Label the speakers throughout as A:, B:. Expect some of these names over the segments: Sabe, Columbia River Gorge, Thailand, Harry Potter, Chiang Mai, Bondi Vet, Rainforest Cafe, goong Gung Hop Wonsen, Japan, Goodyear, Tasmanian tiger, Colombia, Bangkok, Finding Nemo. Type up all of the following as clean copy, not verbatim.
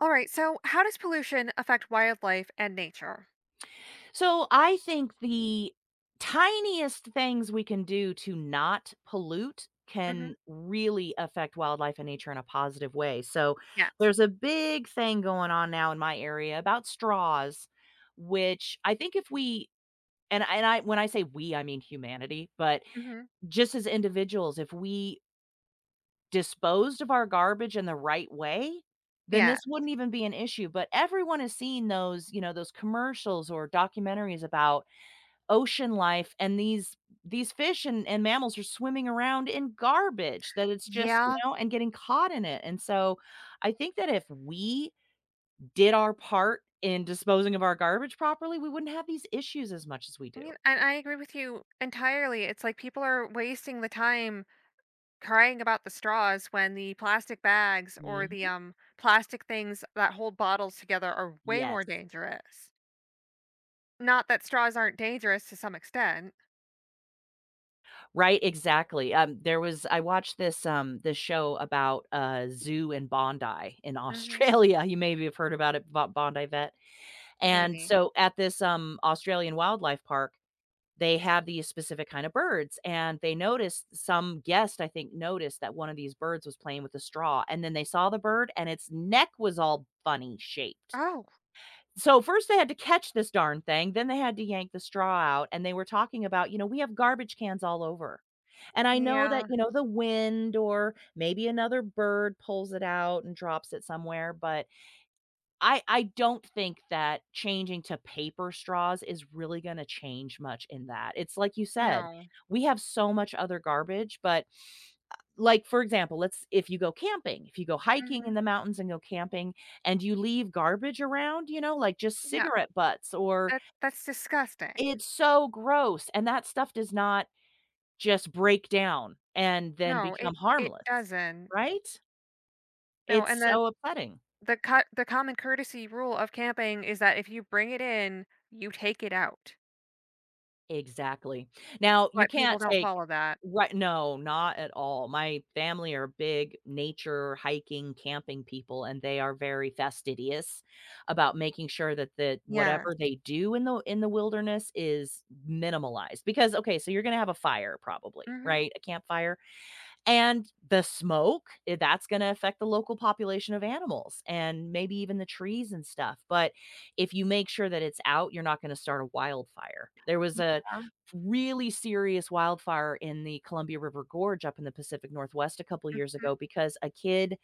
A: All right. So, how does pollution affect wildlife and nature?
B: So I think the tiniest things we can do to not pollute can
A: Hmm.
B: really affect wildlife and nature in a positive way. So
A: Yes.
B: there's a big thing going on now in my area about straws, which I think if we and I when I say we I mean humanity, but
A: Hmm.
B: just as individuals if we disposed of our garbage in the right way, then
A: Yeah.
B: this wouldn't even be an issue. But everyone has seen those, those commercials or documentaries about ocean life, and these fish and mammals are swimming around in garbage that it's just, you
A: Yeah.
B: know, and getting caught in it. And so, I think that if we did our part in disposing of our garbage properly, we wouldn't have these issues as much as we
A: I
B: do.
A: mean, and I agree with you entirely. It's like people are wasting the time crying about the straws when the plastic bags or the
B: Mhm.
A: um plastic things that hold bottles together are way more
B: Yes.
A: dangerous. Not that straws aren't dangerous to some extent.
B: Right, exactly. There was I watched this, this show about a zoo in Bondi in
A: Hmm.
B: Australia, you maybe have heard about it, Bo Bondi Vet, and
A: Maybe.
B: so, at this, Australian wildlife park, they have these specific kind of birds, and they noticed some guest I think noticed that one of these birds was playing with a straw, and then they saw the bird and its neck was all funny shaped.
A: Oh,
B: So first they had to catch this darn thing, then they had to yank the straw out. And they were talking about, we have garbage cans all over, and I know that
A: yeah.
B: the wind or maybe another bird pulls it out and drops it somewhere. But I don't think that changing to paper straws is really gonna change much in that. It's like you said,
A: No.
B: we have so much other garbage. But, like, for example, let's if you go camping, if you go hiking
A: Hmm.
B: in the mountains and go camping and you leave garbage around, like just
A: Yeah.
B: cigarette butts or
A: That's disgusting.
B: it's so gross. And that stuff does not just break down and then
A: No,
B: become
A: it
B: harmless,
A: doesn't.
B: right?
A: No,
B: It's
A: and the
B: so upsetting.
A: the co the common courtesy rule of camping is that if you bring it in, you take it out,
B: Exactly. Now, you
A: but people
B: can't
A: don't
B: take
A: follow that.
B: right. No, not at all. My family are big nature, hiking, camping people, and they are very fastidious about making sure that
A: Yeah.
B: whatever they do in the wilderness is minimalized. Because, okay, so you're gonna have a fire probably,
A: Mhm.
B: right? A campfire. And the smoke, that's going to affect the local population of animals and maybe even the trees and stuff. But if you make sure that it's out, you're not going to start a wildfire. There was
A: Yeah.
B: a really serious wildfire in the Columbia River Gorge up in the Pacific Northwest a couple years ago because a kid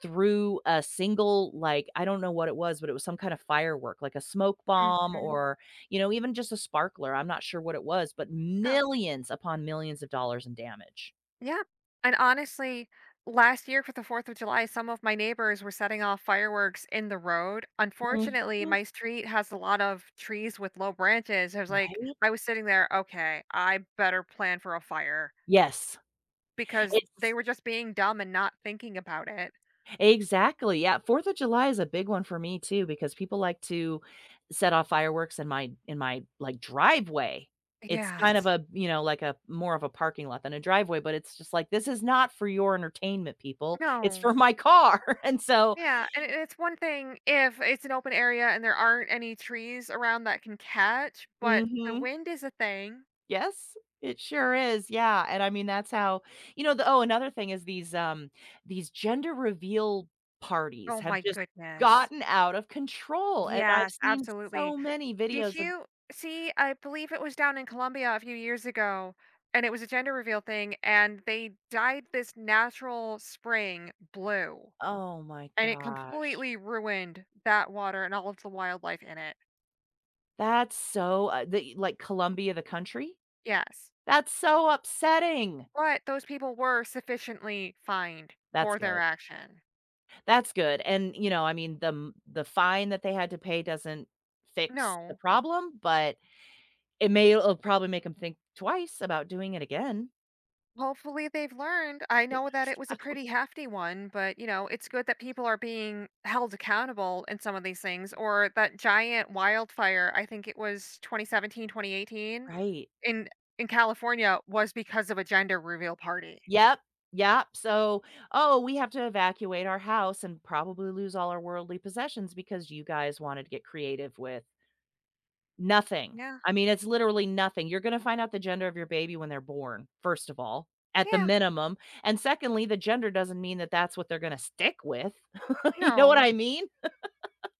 B: threw a single, like, I don't know what it was, but it was some kind of firework, like a smoke
A: Mhm,
B: bomb
A: mhm.
B: or, even just a sparkler. I'm not sure what it was, but
A: Oh,
B: millions upon millions of dollars in damage.
A: yeah, and honestly, last year for the 4th of July, some of my neighbors were setting off fireworks in the road.
B: Mhm.
A: Unfortunately, my street has a lot of trees with low branches. I was like
B: Right?
A: I was sitting there, "Okay, I better plan for a fire,"
B: Yes.
A: because they
B: It's
A: were just being dumb and not thinking about it.
B: Exactly, yeah, 4th of July is a big one for me too, because people like to set off fireworks in my like, driveway. It's kind of
A: Yes.
B: a, like a more of a parking lot than a driveway, but it's just like, "This is not for your entertainment, people. It's
A: No.
B: for my car." And so
A: Yeah, and it's one thing if it's an open area and there aren't any trees around that can catch, but the
B: mhm.
A: wind is a thing.
B: Yes, it sure is, yeah. And I mean, that's how the oh, another thing is these gender reveal parties
A: Oh
B: have
A: my
B: just
A: goodness.
B: gotten out of control, and I've
A: Yes,
B: seen
A: absolutely.
B: so many
A: Did
B: videos of
A: you see, I believe it was down in Colombia a few years ago, and it was a gender reveal thing, and they dyed this natural spring blue,
B: oh my
A: and it
B: gosh,
A: completely ruined that water and all of the wildlife in it.
B: that's so, the like, Colombia, the country?
A: Yes.
B: That's so upsetting.
A: But those people were sufficiently fined
B: That's
A: for their
B: good.
A: action.
B: That's good. And, I mean, the m the fine that they had to pay doesn't fix the
A: No.
B: problem, but it'll probably make them think twice about doing it again.
A: Hopefully they've learned. I know that it was a pretty hefty one, but you know, it's good that people are being held accountable in some of these things or that giant wildfire, I think it was 2017, 2018
B: Right.
A: in in California was because of a gender reveal party.
B: Yep. Yep. So, oh, we have to evacuate our house and probably lose all our worldly possessions because you guys wanted to get creative with nothing.
A: Yeah.
B: I mean, it's literally nothing. You're going to find out the gender of your baby when they're born, first of all, at the
A: Yeah.
B: minimum. And secondly, the gender doesn't mean that that's what they're going to stick with. You know what
A: No.
B: I mean?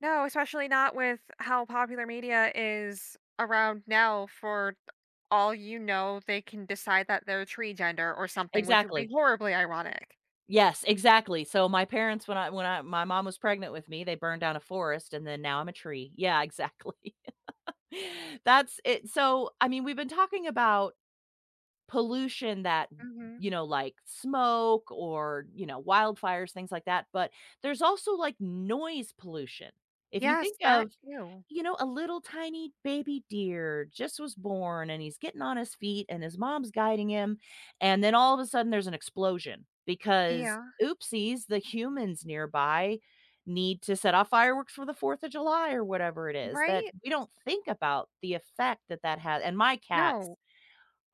A: No, especially not with how popular media is around now for all you know, they can decide that they're tree gender or something, which would be
B: Exactly.
A: horribly ironic.
B: Yes, exactly. So my parents, when I my mom was pregnant with me, they burned down a forest and then now I'm a tree. Yeah, exactly. That's it. So, I mean, we've been talking about pollution that,
A: Mhm.
B: like smoke or, wildfires, things like that. But there's also like noise pollution. If you think
A: Yes, that
B: of,
A: too.
B: a little tiny baby deer just was born and he's getting on his feet and his mom's guiding him. And then all of a sudden there's an explosion because
A: Yeah.
B: oopsies, the humans nearby need to set off fireworks for the 4th of July or whatever it is. That
A: Right?
B: we don't think about the effect that that has. And my cats
A: No.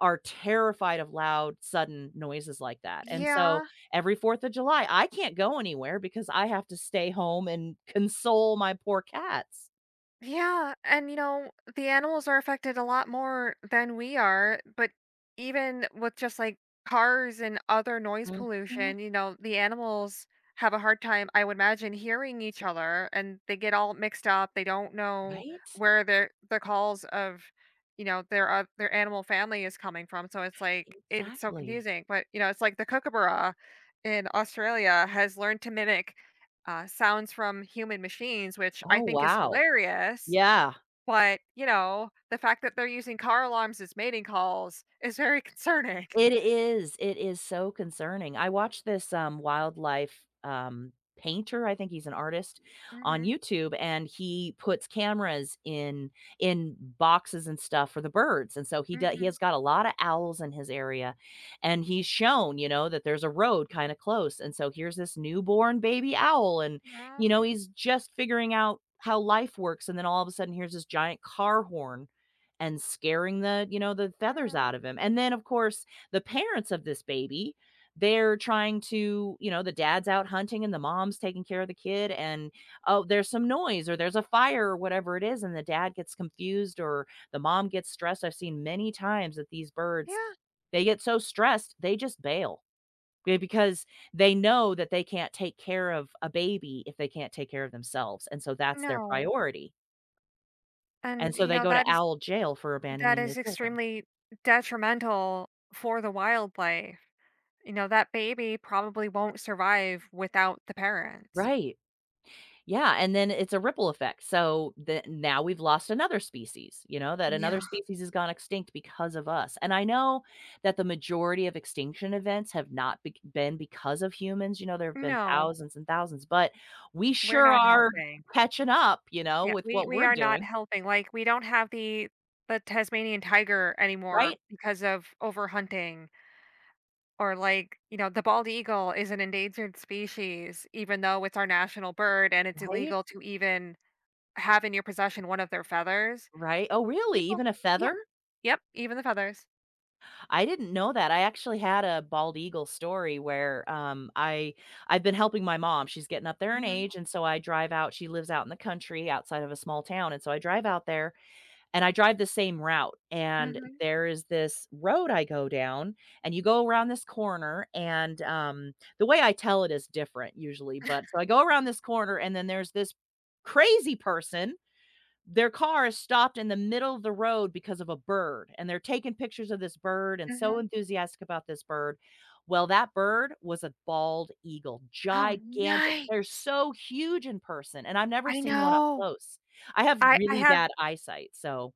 B: are terrified of loud, sudden noises like that. And so
A: Yeah.
B: every 4th of July, I can't go anywhere because I have to stay home and console my poor cats.
A: Yeah, and you know, the animals are affected a lot more than we are, but even with just like cars and other noise
B: Mhm.
A: pollution, you know, the animals have a hard time, I would imagine, hearing each other and they get all mixed up. They don't know
B: Right?
A: where their the calls of, their animal family is coming from. So it's like it's so
B: Exactly.
A: confusing. But you know, it's like the kookaburra in Australia has learned to mimic sounds from human machines, which I
B: Oh,
A: think is
B: wow.
A: hilarious.
B: Yeah.
A: But, you know, the fact that they're using car alarms as mating calls is very concerning.
B: It is so concerning. I watched this, wildlife, painter, I think he's an artist, on
A: Mhm.
B: YouTube, and he puts cameras in boxes and stuff for the birds, and so he
A: Mhm.
B: has got a lot of owls in his area. And he's shown, that there's a road kinda close, and so here's this newborn baby owl, and,
A: Aw.
B: he's just figuring out how life works. And then all of a sudden, here's this giant car horn and scaring the the feathers
A: Mm.
B: out of him. And then, of course, the parents of this baby, they're trying to the dad's out hunting and the mom's taking care of the kid, and oh, there's some noise or there's a fire or whatever it is, and the dad gets confused or the mom gets stressed. I've seen many times that these birds,
A: Yeah,
B: they get so stressed they just bail because they know that they can't take care of a baby if they can't take care of themselves, and so that's their
A: no,
B: priority. And
A: and,
B: so
A: you
B: they
A: know,
B: go to owl jail for
A: that
B: abandoning their
A: is
B: children,
A: extremely detrimental for the wildlife. You know, that baby probably won't survive without the parents.
B: right? Yeah, and then it's a ripple effect. So the now we've lost another species, that
A: Yeah.
B: another species has gone extinct because of us. And I know that the majority of extinction events have not be- been because of humans. You know, there have been
A: No,
B: thousands and thousands, but we
A: we're
B: sure
A: not
B: are
A: helping.
B: catching up,
A: Yeah,
B: with
A: we
B: what
A: we
B: we're
A: are not
B: doing,
A: helping, like, we don't have the Tasmanian tiger anymore
B: right?
A: because of overhunting or, like, you know, the bald eagle is an endangered species even though it's our national bird and it's
B: Right?
A: illegal to even have in your possession one of their feathers.
B: Right? Oh, really?
A: People
B: Even a
A: yeah,
B: feather?
A: yep, even the feathers.
B: I didn't know that. I actually had a bald eagle story where I've been helping my mom. She's getting up there in
A: Mhm,
B: age, and so I drive out. She lives out in the country outside of a small town, and so I drive out there, and I drive the same route. And
A: mhm,
B: there is this road I go down, and you go around this corner, and the way I tell it is different usually, but so I go around this corner, and then there's this crazy person, their car is stopped in the middle of the road because of a bird, and they're taking pictures of this bird and so
A: mhm.
B: enthusiastic about this bird. Well, that bird was a bald eagle,
A: Oh,
B: gigantic. They're
A: nice.
B: so huge in person, and I've never
A: I
B: seen one up
A: know.
B: close. I have
A: I
B: really
A: have
B: bad eyesight, so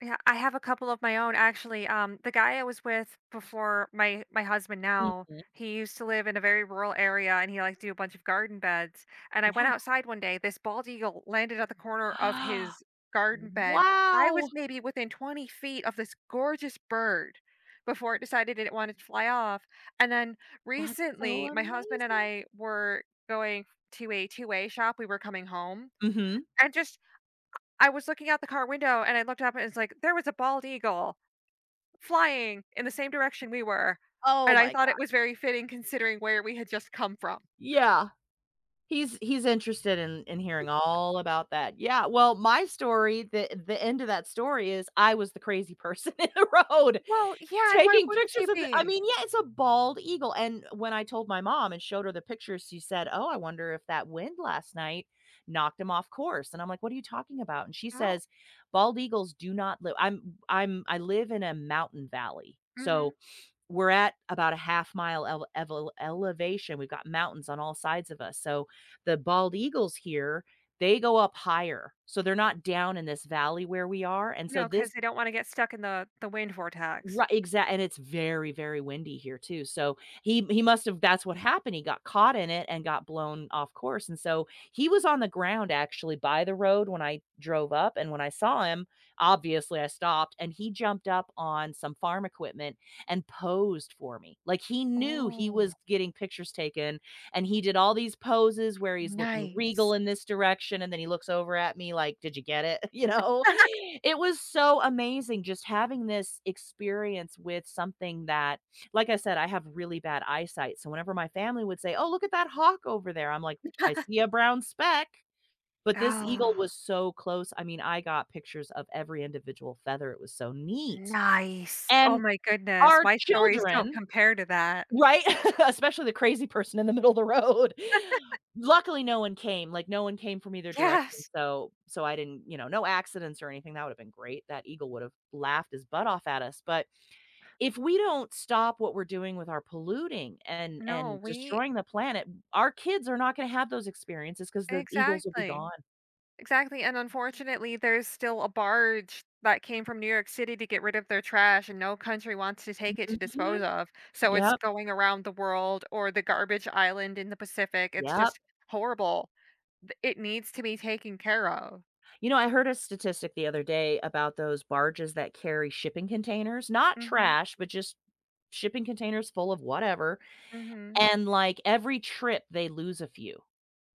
A: Yeah, I have a couple of my own actually. The guy I was with before my husband now,
B: mhm.
A: he used to live in a very rural area and he liked to do a bunch of garden beds. And I went
B: Yeah.
A: outside one day, this bald eagle landed at the corner of his garden bed. I was
B: Wow!
A: maybe within 20 feet of this gorgeous bird before it decided it wanted to fly off. And then
B: That's so
A: recently, my husband and
B: amazing.
A: I were going to a two-way shop. We were coming home
B: Mhm.
A: and just I was looking out the car window and I looked up and it's like, there was a bald eagle flying in the same direction we were,
B: Oh
A: and I
B: my
A: thought it
B: god.
A: was very fitting considering where we had just come from.
B: Yeah. He's interested in hearing all about that. Yeah, well, my story, the end of that story is I was the crazy person in the road
A: Well, yeah, and why
B: taking
A: wouldn't
B: pictures
A: you
B: of the I
A: be?
B: mean, yeah, it's a bald eagle. And when I told my mom and showed her the pictures, she said, "Oh, I wonder if that wind last night knocked him off course." And I'm like, "What are you talking about?" And she
A: Oh,
B: says, "Bald eagles do not live I live in a mountain valley." So
A: mhm.
B: we're at about a half mile elevation. We've got mountains on all sides of us. So the bald eagles here, they go up higher. So they're not down in this valley where we are. And so
A: Because
B: this
A: they don't wanna get stuck in the wind vortex.
B: Right, exactly, and it's very, very windy here too, so he must have that's what happened. He got caught in it and got blown off course, and so he was on the ground actually by the road when I drove up, and when I saw him, obviously I stopped, and he jumped up on some farm equipment and posed for me, like, he knew he was
A: Oh,
B: getting pictures taken. And he did all these poses where he's looking regal
A: nice.
B: in this direction, and then he looks over at me like, did you get it? It was so amazing just having this experience with something that, like I said, I have really bad eyesight, so whenever my family would say, oh, look at that hawk over there, I'm like, I see a brown speck. But this eagle
A: Oh,
B: was so close, I mean, I got pictures of every individual feather. It was so neat.
A: nice. Oh
B: And
A: my goodness,
B: our
A: my stories don't
B: children
A: compare to that.
B: Right? Especially the crazy person in the middle of the road. Luckily, no one came, like, no one came from either direction,
A: Yes.
B: so so I didn't no accidents or anything, that would've been great, that eagle would've laughed his butt off at us. But if we don't stop what we're doing with our polluting
A: No,
B: and
A: we
B: destroying the planet, our kids are not gonna have those experiences because the eagles will be
A: exactly.
B: gone.
A: Exactly, and unfortunately, there's still a barge that came from New York City to get rid of their trash, and no country wants to take it to
B: Mhm.
A: dispose of. So it's
B: Yep,
A: going around the world or the garbage island in the Pacific. It's
B: yep.
A: just horrible. It needs to be taken care of.
B: You know, I heard a statistic the other day about those barges that carry shipping containers, not
A: Mhm.
B: trash, but just shipping containers full of whatever,
A: Mhm.
B: and, like, every trip they lose a few.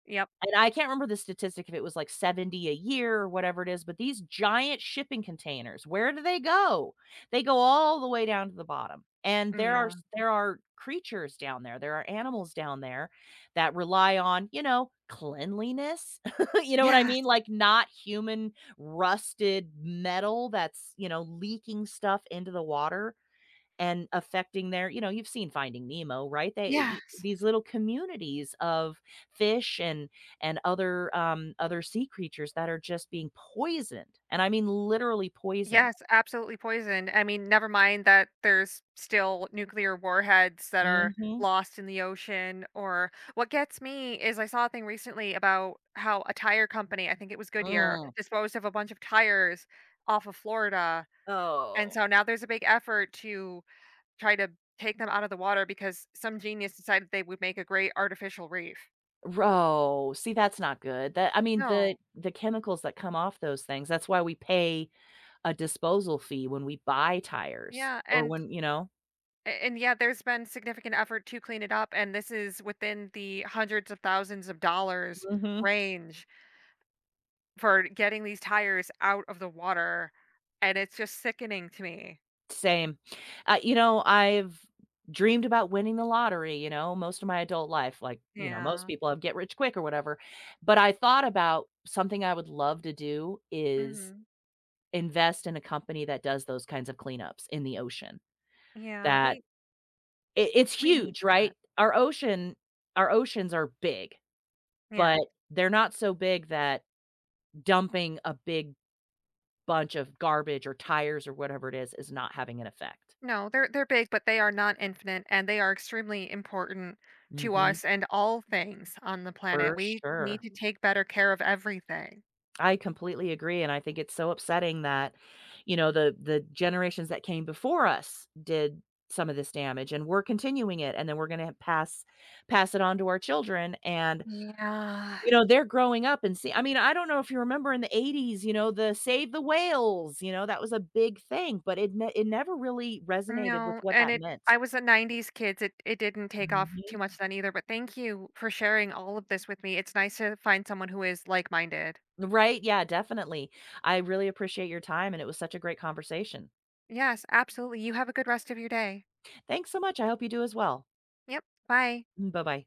A: Yep.
B: And I can't remember the statistic if it was, like, 70 a year or whatever it is, but these giant shipping containers, where do they go? They go all the way down to the bottom, and there are
A: Yeah.
B: there are creatures down there, there are animals down there that rely on, you know, cleanliness. You know what I
A: Yes.
B: mean? Like, not human rusted metal that's, you know, leaking stuff into the water and affecting their you know, you've seen Finding Nemo, right? They
A: Yes.
B: these little communities of fish and other, other sea creatures that are just being poisoned, and I mean literally poisoned.
A: Yes, absolutely poisoned. I mean, never mind that there's still nuclear warheads that are
B: Mhm.
A: lost in the ocean or what gets me is I saw a thing recently about how a tire company, I think it was Goodyear,
B: Mm.
A: disposed of a bunch of tires off of Florida. And
B: Oh.
A: so now there's a big effort to try to take them out of the water because some genius decided they would make a great artificial reef.
B: Ro see, that's not good. That I mean, the
A: No.
B: the chemicals that come off those things, that's why we pay a disposal fee when we buy tires
A: Yeah,
B: or
A: and
B: when you know?
A: And yeah, there's been significant effort to clean it up, and this is within the hundreds of thousands of dollars
B: Mhm.
A: range for getting these tires out of the water, and it's just sickening to me.
B: Same. You know, I've dreamed about winning the lottery, you know, most of my adult life, like, you know, most
A: Yeah.
B: people have get rich quick or whatever. But I thought about something I would love to do is
A: Hmm.
B: invest in a company that does those kinds of cleanups in the ocean.
A: Yeah,
B: That
A: we
B: it's
A: we need
B: huge, right?
A: that.
B: Our ocean, our oceans are big, but
A: Yeah.
B: they're not so big that dumping a big bunch of garbage or tires or whatever it is not having an effect.
A: No, they're big, but they are not infinite, and they are extremely important to
B: Hmm.
A: us and all things on the planet.
B: For
A: We
B: sure.
A: need to take better care of everything.
B: I completely agree, and I think it's so upsetting that, you know, the generations that came before us did some of this damage, and we're continuing it, and then we're gonna pass it on to our children. And,
A: Yeah.
B: you know, they're growing up and see I mean, I don't know if you remember in the '80s, you know, the "Save the Whales," you know, that was a big thing, but it never really resonated with
A: No,
B: what
A: and
B: that
A: it
B: meant.
A: I was a 90s kids. It didn't take off
B: Mhm.
A: too much then either, but thank you for sharing all of this with me. It's nice to find someone who is like-minded.
B: Right, yeah, definitely. I really appreciate your time, and it was such a great conversation.
A: Yes, absolutely. You have a good rest of your day.
B: Thanks so much, I hope you do as well.
A: Yep. Bye.
B: Mm, bye-bye.